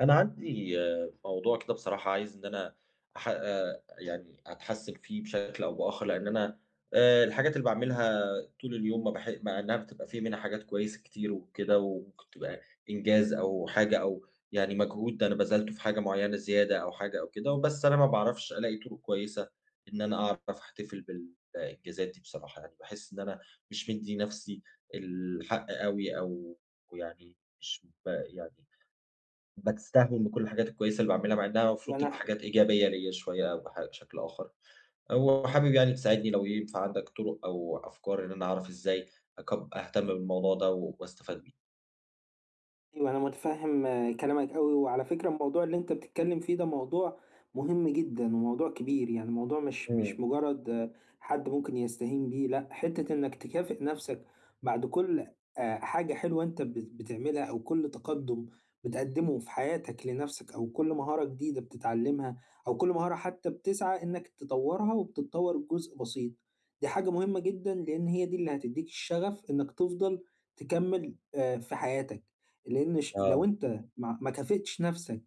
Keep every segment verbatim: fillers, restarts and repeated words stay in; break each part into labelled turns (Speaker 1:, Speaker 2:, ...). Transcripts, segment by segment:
Speaker 1: أنا عندي آه، موضوع كده بصراحة عايز إن أنا أح آآ يعني أتحسّن فيه بشكل أو بآخر، لإن أنا آآ الحاجات اللي باعملها طول اليوم ما باح مع إنها بتبقى في منها حاجات كويسة كتير وكده، وممكن تبقى إنجاز أو حاجة أو يعني مجهود أنا بذلته في حاجة معيّنة زيادة أو حاجة أو كده، بس أنا ما باعرفش ألاقي طرق كويسة إن أنا أعرف أحتفل بالإنجازات دي بصراحة، يعني باحس إن أنا مش مدّي نَفْسي الحق أوي أو يعني مش ب يعني باستهون بكل الحاجات الكويسة اللي باعملها، مع إنها المفروض تبقى
Speaker 2: وأنا
Speaker 1: حاجات إيجابية ليّا شوية أو بح بشكل آخر، وحابب يعني تساعدني لو ينفع عندك طرق أو أفكار إن أنا أعرف إزاي أكب أهتم بالموضوع ده و- واستفاد بيه.
Speaker 2: أيوه، أنا متفهّم آه، كلامك أوي. وعلى فكرة، الموضوع اللي أنت بتتكلّم فيه ده موضوع مهم جدًا وموضوع كبير، يعني موضوع مش مش
Speaker 1: إمم،
Speaker 2: مجرّد آه، حد ممكن يستهين بيه. لأ، حتّة إنّك تكافئ نَفْسك بعد كل آآ حاجة حلوة أنت بت بتعملها، أو كل تقدُّم بتقدّمه في حياتك لنَفْسك، أو كل مهارة جديدة بتتعلّمها، أو كل مهارة حتّى بتسعى إنّك تطوّرها وبتتطوّر جزء بسيط، دي حاجة مهمة جدًا، لإن هي دي اللي هتدّيك الشغف إنّك تفضل تكمّل آآ في حياتك. لإن ش لو
Speaker 1: آه،
Speaker 2: أنت ما ما كافئتش نَفْسك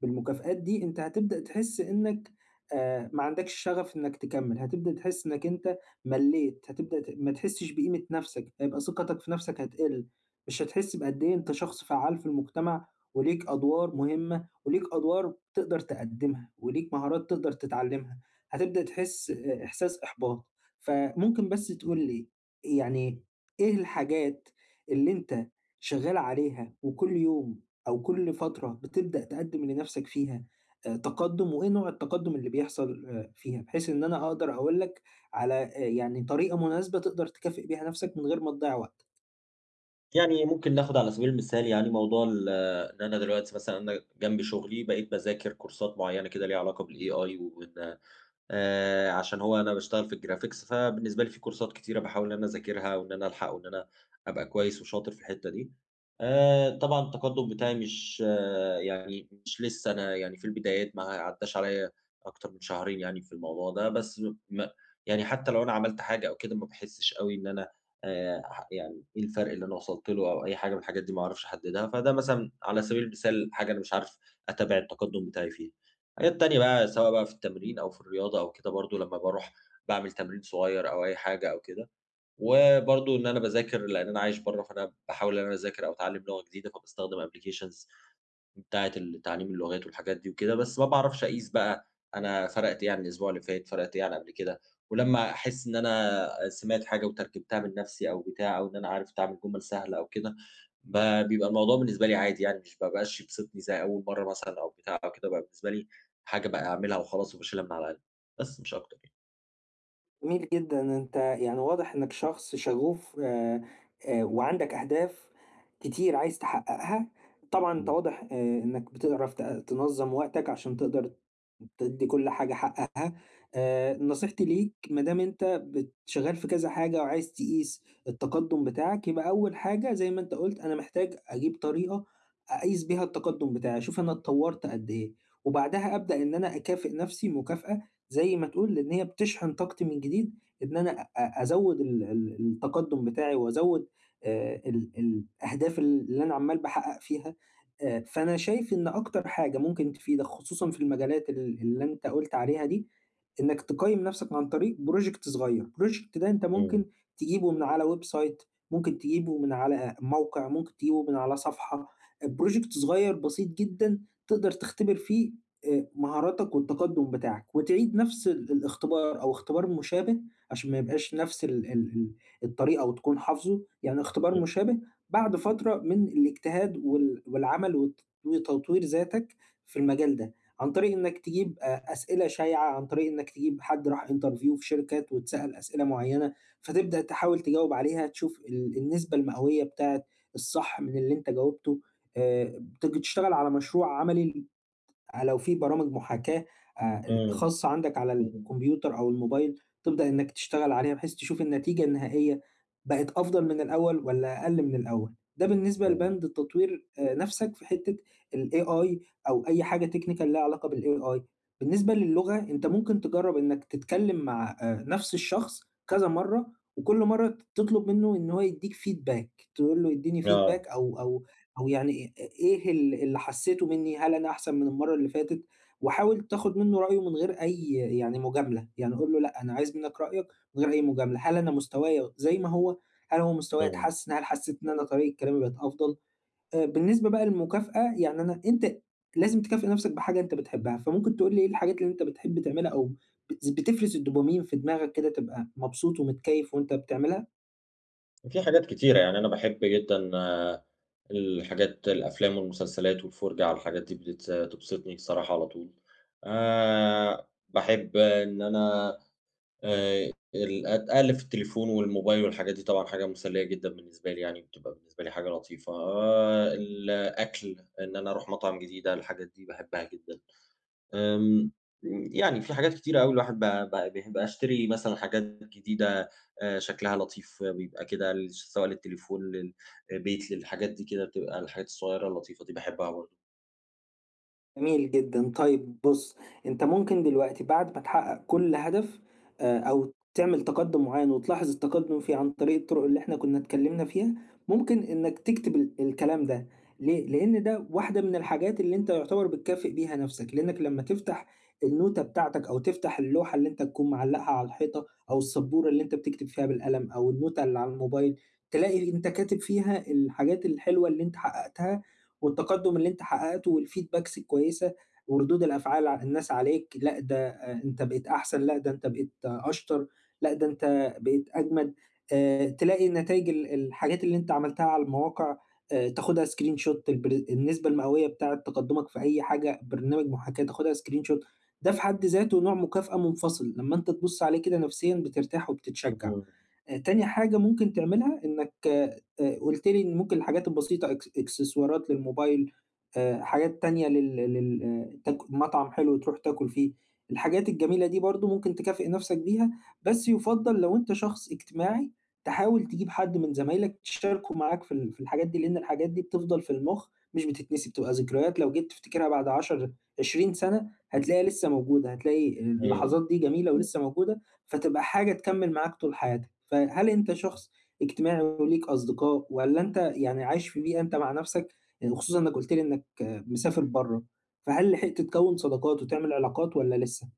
Speaker 2: بالمكافآت دي، أنت هتبدأ تحس إنّك آآ ما عندكش شغف إنّك تكمّل، هتبدأ تحس إنّك أنت ملّيت، هتبدأ ت ما تحسّش بقيمة نَفْسك، هيبقى ثقتك في نَفْسك هتقِل، مش هتحس بقد إيه أنت شخص فعّال في المجتمع، وليك أدوار مهمة، وليك أدوار تقدر تقدّمها، وليك مهارات تقدر تتعلّمها، هتبدأ تحس أ إحساس إحباط. فممكن بس تقول لي يعني إيه الحاجات اللي أنت شغّال عليها، وكل يوم أو كل فترة بتبدأ تقدّم لنَفْسك فيها آآ تقدُّم، وإيه نوع التقدُّم اللي بيحصل آآ فيها، بحيث إن أنا أقدر أقول لك على آآ يعني طريقة مناسبة تقدر تكافئ بيها نَفْسك من غير ما تضيّع وقت.
Speaker 1: يعني ممكن ناخد على سبيل المثال يعني موضوع ال إن أنا دلوقتي مثلًا أنا جنب شغلي بقيت باذاكر كورسات معيّنة كده ليها علاقة بالإي آي وإن آآ عشان هو أنا باشتغل في الجرافيكس، فبالنسبة لي في كورسات كتيرة باحاول إن أنا أذاكرها وإن أنا ألحق وإن أنا أبقى كويس وشاطر في الحتّة دي. آآ طبعًا التقدُّم بتاعي مش آه، يعني مش لسه أنا يعني في البدايات، ما عدّاش عليّا أكتر من شهرين يعني في الموضوع ده، بس م يعني حتّى لو أنا عملت حاجة أو كده ما باحسّش أوي إن أنا آآ ح يعني إيه الفرق اللي أنا وصلت له أو أي حاجة من الحاجات دي ما أعرفش أحدّدها، فده مثلًا على سبيل المثال حاجة أنا مش عارف أتابع التقدُّم بتاعي فيها. حاجات تانية بقى سواء بقى في التمرين أو في الرياضة أو كده برضه لمّا باروح باعمل تمرين صغير أو أي حاجة أو كده، وبرضه إن أنا باذاكر لإن أنا عايش برّه، فأنا باحاول إن أنا أذاكر أو أتعلّم لغة جديدة، فباستخدم applications بتاعة ال تعليم اللغات والحاجات دي وكده، بس ما باعرفش أقيس بقى أنا فرقت إيه عن الأسبوع اللي فات، فرقت إيه عن قبل كده، ولمّا أحس إن أنا سمعت حاجة وترجمتها من نفسي أو بتاع أو إن أنا عرفت أعمل جُمل سهلة أو كده، ب بيبقى الموضوع بالنسبة لي عادي يعني مش ما بقاش يبسطني زي أول مرّة مثلًا أو بتاع أو كده، بقى بالنسبة لي حاجة بقى أعملها وخلاص وباشيلها من على قلبي، بس مش أكتر يعني.
Speaker 2: جميل جدًا، أنت يعني واضح إنك شخص شغوف آآ، آآ، وعندك أهداف كتير عايز تحققها. طبعًا أنت
Speaker 1: إمم،
Speaker 2: واضح آآ، إنك بتعرف ت تنظّم وقتك عشان تقدر تدّي كل حاجة حقها. آآ، نصيحتي ليك، ما دام أنت بت شغال في كذا حاجة وعايز تقيس التقدُّم بتاعك، يبقى أول حاجة زي ما أنت قُلت، أنا محتاج أجيب طريقة أقيس بيها التقدُّم بتاعي، أشوف أنا اتطوّرت قد إيه، وبعدها أبدأ إن أنا أكافئ نفسي مكافأة زي ما تقول، إن هي بتشحن طاقتي من جديد، إن أنا أ أ أزوّد ال ال التقدُّم بتاعي، وأزوّد آآ ال الأهداف اللي أنا عمّال باحقّق فيها. آآ فأنا شايف إن أكتر حاجة ممكن تفيدك، خصوصًا في المجالات ال اللي أنت قُلت عليها دي، إنّك تقيّم نَفْسك عن طريق project صغير. project ده أنت ممكن
Speaker 1: إمم،
Speaker 2: تجيبه من على website، ممكن تجيبه من على موقع، ممكن تجيبه من على صفحة، project صغير بسيط جدًا تقدر تختبر فيه آآ مهاراتك والتقدُّم بتاعك، وتعيد نفس ال الاختبار، أو اختبار مشابه عشان ما يبقاش نفس ال ال ال الطريقة وتكون حافظه، يعني اختبار
Speaker 1: إمم،
Speaker 2: مشابه بعد فترة من الاجتهاد وال والعمل وت وتطوير ذاتك في المجال ده، عن طريق إنك تجيب أ أسئلة شايعة، عن طريق إنك تجيب حد راح interview في شركات واتسأل أسئلة معيّنة، فتبدأ تحاول تجاوب عليها، تشوف ال النسبة المئوية بتاعة الصح من اللي أنت جاوبته. آآ بتج تشتغل على مشروع عملي آه، لو في برامج محاكاة آآ
Speaker 1: إمم،
Speaker 2: خاصة عندك على الكمبيوتر أو الموبايل، تبدأ إنك تشتغل عليها بحيث تشوف النتيجة النهائية بقت أفضل من الأول والّا أقل من الأول. ده بالنسبة
Speaker 1: إمم،
Speaker 2: لبند تطوير آآ نَفْسك في حتّة الAI، أو أي حاجة technical ليها علاقة بالAI. بالنسبة للغة، أنت ممكن تجرّب إنك تتكلم مع آآ نَفْس الشخص كذا مرّة، وكل مرّة ت تطلب منّه إن هو يدّيك feedback، تقول له ادّيني
Speaker 1: آه،
Speaker 2: feedback، أو أو أو يعني إ إيه ال اللي حسّيته منّي، هل أنا أحسن من المَرّة اللي فاتت؟ وحاول تاخُد منّه رأيه من غير أي يعني مجاملة، يعني قُل له لأ، أنا عايز منّك رأيك من غير أي مجاملة. هل أنا مستوايا زي ما هو؟ هل هو مستوايا
Speaker 1: إمم.
Speaker 2: اتحسّن؟ هل حسّيت إن أنا طريقة كلامي بقت أفضل؟ آآ بالنسبة بقى للمكافأة، يعني أنا أنت لازم تكافئ نَفْسك بحاجة أنت بتحبّها، فممكن تقول لي إيه الحاجات اللي أنت بتحب تعملها، أو بت بتفرز الدوبامين في دماغك كده تبقى مبسوط ومتكيّف وأنت بتعملها؟
Speaker 1: في حاجات كتيرة، يعني أنا باحب جدًا آه، الحاجات الأفلام والمسلسلات والفُرجة على الحاجات دي بتس تبسطني الصراحة على طول. آآ باحب إن أنا آآ ال أت أقلِّب في التليفون والموبايل والحاجات دي طبعًا حاجة مسلية جدًا بالنسبة لي يعني، بتبقى بالنسبة لي حاجة لطيفة. أه الأكل، إن أنا أروح مطعم جديدة، الحاجات دي باحبها جدًا. آمم، يعني في حاجات كتيرة أوي الواحد ب ب ب باشتري مثلًا حاجات جديدة آآ، شكلها لطيف بيبقى كده ل سواء للتليفون، للبيت، للحاجات دي كده بتبقى الحاجات الصغيّرة اللطيفة دي باحبها برضه.
Speaker 2: جميل جدًا. طيب بُص، أنت ممكن دلوقتي بعد ما تحقق كل هدف آآ، أو تعمل تقدُّم معيّن وتلاحظ التقدُّم فيه عن طريق الطرق اللي إحنا كنا اتكلمنا فيها، ممكن إنك تكتب ال الكلام ده. ليه؟ لإن ده واحدة من الحاجات اللي أنت يعتبر بتكافئ بيها نَفْسك، لإنك لمّا تفتح النوتة بتاعتك، أو تفتح اللوحة اللي أنت تكون معلّقها على الحيطة، أو السبورة اللي أنت بتكتب فيها بالقلم، أو النوتة اللي على الموبايل، تلاقي أنت كاتب فيها الحاجات الحلوة اللي أنت حققتها، والتقدم اللي أنت حققته، والfeedbacks الكويسة وردود الأفعال ع الناس عليك، لأ ده آآ أنت بقيت أحسن، لأ ده أنت بقيت آه، أشطر، لأ ده أنت بقيت أجمد. آآ تلاقي النتايج ال الحاجات اللي أنت عملتها على المواقع آآ تاخدها screenshot، البر النسبة المئوية بتاعة تقدمك في أي حاجة، برنامج محاكاة تاخدها screenshot، ده في حد ذاته نوع مكافأة منفصل، لمّا أنت تبُص عليه كده نفسيًا بترتاح وبتتشجع.
Speaker 1: إمم.
Speaker 2: آآ تاني حاجة ممكن تعملها، إنّك آآ قُلت لي إن ممكن الحاجات البسيطة، إكس إكسسوارات للموبايل، آآ حاجات تانية لل لل آه، تاك مطعم حلو تروح تاكل فيه، الحاجات الجميلة دي برضه ممكن تكافئ نَفْسك بيها، بس يُفضّل لو أنت شخص اجتماعي تحاول تجيب حد من زمايلك تشاركه معاك في ال في الحاجات دي، لإن الحاجات دي بتفضل في المُخ مش بتتنسي، بتبقى ذكريات لو جيت تفتكرها بعد عشرة، عشرين سَنة هتلاقيها لسه موجودة، هتلاقي آه،
Speaker 1: إمم.
Speaker 2: اللحظات دي جميلة ولسه موجودة، فتبقى حاجة تكمّل معاك طول حياتك. فهل أنت شخص اجتماعي وليك أصدقاء، ولا أنت يعني عايش في بيئة أنت مع نفسك، يعني خصوصًا إنك قلت لي إنك مسافر بره، فهل لحقت تكوّن صداقات وتعمل علاقات والّا لسه؟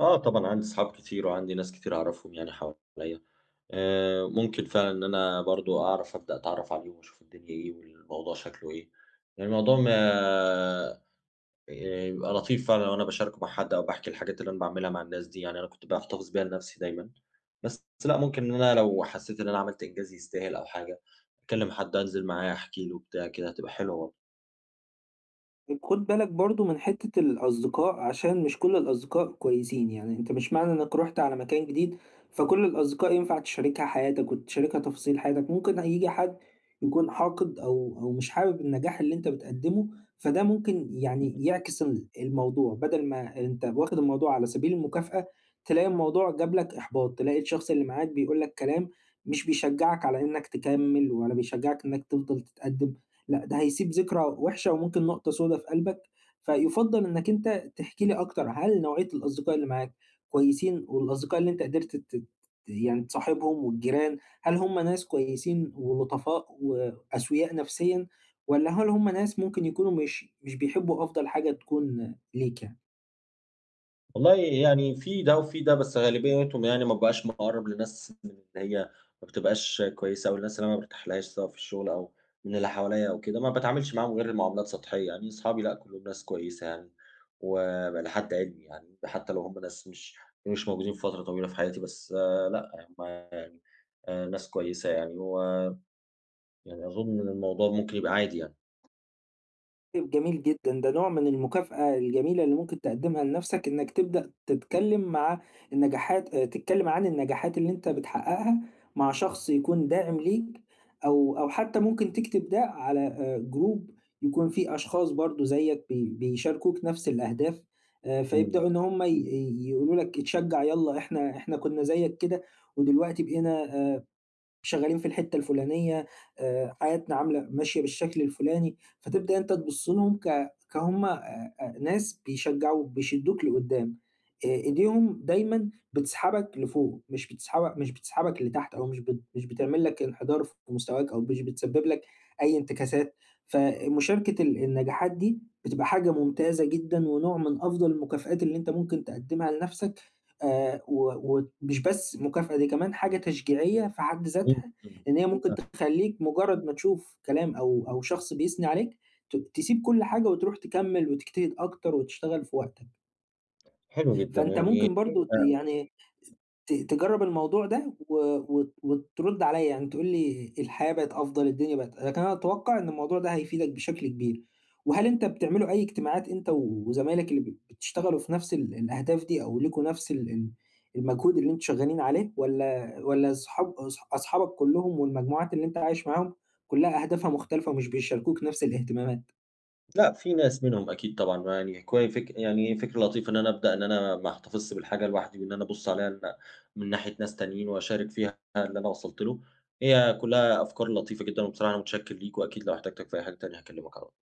Speaker 1: آه طبعًا عندي صحاب كتير وعندي ناس كتير أعرفهم يعني حواليّا، آآ، ممكن فعلًا إن أنا برضه أعرف أبدأ أتعرف عليهم وأشوف الدنيا إيه والموضوع شكله إيه، يعني الموضوع ما آآ بيبقى لطيف فعلًا لو أنا باشاركه مع حد أو باحكي الحاجات اللي أنا باعملها مع الناس دي، يعني أنا كنت باحتفظ بيها لنفسي دايمًا، بس لأ ممكن إن أنا لو حسيت إن أنا عملت إنجاز يستاهل أو حاجة، أكلم حد أنزل معاه أحكي له بتاع كده هتبقى حلوة
Speaker 2: خد بالك برضو من حتة الأصدقاء، عشان مش كل الأصدقاء كويسين، يعني أنت مش معنى إنك رحت على مكان جديد فكل الأصدقاء ينفع تشاركها حياتك وتشاركها تفاصيل حياتك. ممكن هيجي حد يكون حاقد، أو أو مش حابب النجاح اللي أنت بتقدمه، فده ممكن
Speaker 1: برضه.
Speaker 2: يعني يعكس ال- الموضوع، بدل ما أنت واخد الموضوع على سبيل المكافأة، تلاقي الموضوع جاب لك إحباط، تلاقي الشخص اللي معاك بيقول لك كلام مش بيشجعك على إنك تكمل، ولا بيشجعك إنك تفضل تتقدم. لأ، ده هيسيب ذكرى وحشة وممكن نقطة سودا في قلبك، فيُفضّل إنّك أنت تحكي لي أكتر، هل نوعية الأصدقاء اللي معاك كويسين، والأصدقاء اللي أنت قدرت ت ت يعني تصاحبهم والجيران، هل هم ناس كويسين ولطفاء وأسوياء نفسيًا، والّا هل هم ناس ممكن يكونوا مش مش بيحبّوا أفضل حاجة تكون ليك يعني؟
Speaker 1: والله يعني في ده وفي ده، بس غالبيتهم يعني ما بابقاش مقرّب لناس من اللي هي ما بتبقاش كويسة أو الناس اللي أنا ما بارتاحلهاش سواء في الشغل أو من اللي حواليّا أو كده، ما باتعاملش معاهم غير معاملات سطحية، يعني أصحابي لأ كلّهم ناس كويسة يعني، وإلى حد علمي يعني، حتى لو هُم ناس مش مش موجودين في فترة طويلة في حياتي، بس آه، لأ هُم يعني آآ ناس كويسة يعني، ويعني أظن إن الموضوع ممكن يبقى عادي يعني.
Speaker 2: طيب جميل جدًا، ده نوع من المكافأة الجميلة اللي ممكن تقدّمها لنفْسك، إنك تبدأ تتكلّم مع النجاحات آآ، تتكلّم عن النجاحات اللي أنت بتحققها مع شخص يكون داعم ليك، أو أو حتى ممكن تكتب ده على آآ جروب يكون فيه أشخاص برضه زيّك بي بيشاركوك نفْس الأهداف، آآ،
Speaker 1: إمم،
Speaker 2: فيبدأوا إن هم ي ي- يقولوا لك اتشجّع يالّا، إحنا إحنا كنا زيّك كده ودلوقتي بقينا آآ شغالين في الحتة الفلانية، آآ حياتنا عاملة ماشية بالشكل الفلاني، فتبدأ أنت تبُص لهم ك كهُم آآ آآ ناس بيشجّعوك، بيشدّوك لقدّام، آآ إيديهم دايمًا بتسحبك لفوق، مش بتسحبك مش بتسحبك لتحت، أو مش بت مش بتعمل لك انحدار في مستواك، أو مش بتسبب لك أي انتكاسات، فمشاركة ال النجاحات دي بتبقى حاجة ممتازة جدًا، ونوع من أفضل المكافآت اللي أنت ممكن تقدّمها لنَفْسك، آآ و ومش بس مكافأة، دي كمان حاجة تشجيعية في حد
Speaker 1: إمم،
Speaker 2: ذاتها،
Speaker 1: إمم،
Speaker 2: إن هي ممكن
Speaker 1: فاهمك،
Speaker 2: تخلّيك مجرّد ما تشوف كلام، أو أو شخص بيثني عليك، ت تسيب كل حاجة وتروح تكمّل وتجتهد أكتر وتشتغل في وقتك،
Speaker 1: حلو جدًا
Speaker 2: فأنت
Speaker 1: يعني
Speaker 2: ممكن برضه ت
Speaker 1: آه،
Speaker 2: يعني ت تجرّب الموضوع ده و وت وترُد عليّا، يعني تقول لي الحياة بقت أفضل، الدنيا بقت لكن أنا أتوقّع إن الموضوع ده هيفيدك بشكل كبير. وهل أنت بتعملوا أي اجتماعات أنت و- وزمايلك اللي ب بتشتغلوا في نفس ال الأهداف دي، أو ليكم نفس ال ال المجهود اللي أنتم شغّالين عليه، والّا والّا صحاب أص أصحابك كُلّهم والمجموعات اللي أنت عايش معاهم كُلّها أهدافها مختلفة ومش بيشاركوك نفس الاهتمامات؟
Speaker 1: لأ، في ناس منهم أكيد طبعًا، ما يعني كوي فك يعني فكرة لطيفة إن أنا أبدأ إن أنا ما احتفظش بالحاجة لوحدي، وإن أنا أبُص عليها ن من ناحية ناس تانيين وأشارك فيها اللي أنا وصلت له، هي كلّها أفكار لطيفة جدًا، وبصراحة أنا متشكر ليك، وأكيد لو احتجتك في أي حاجة تانية هاكلمك على طول.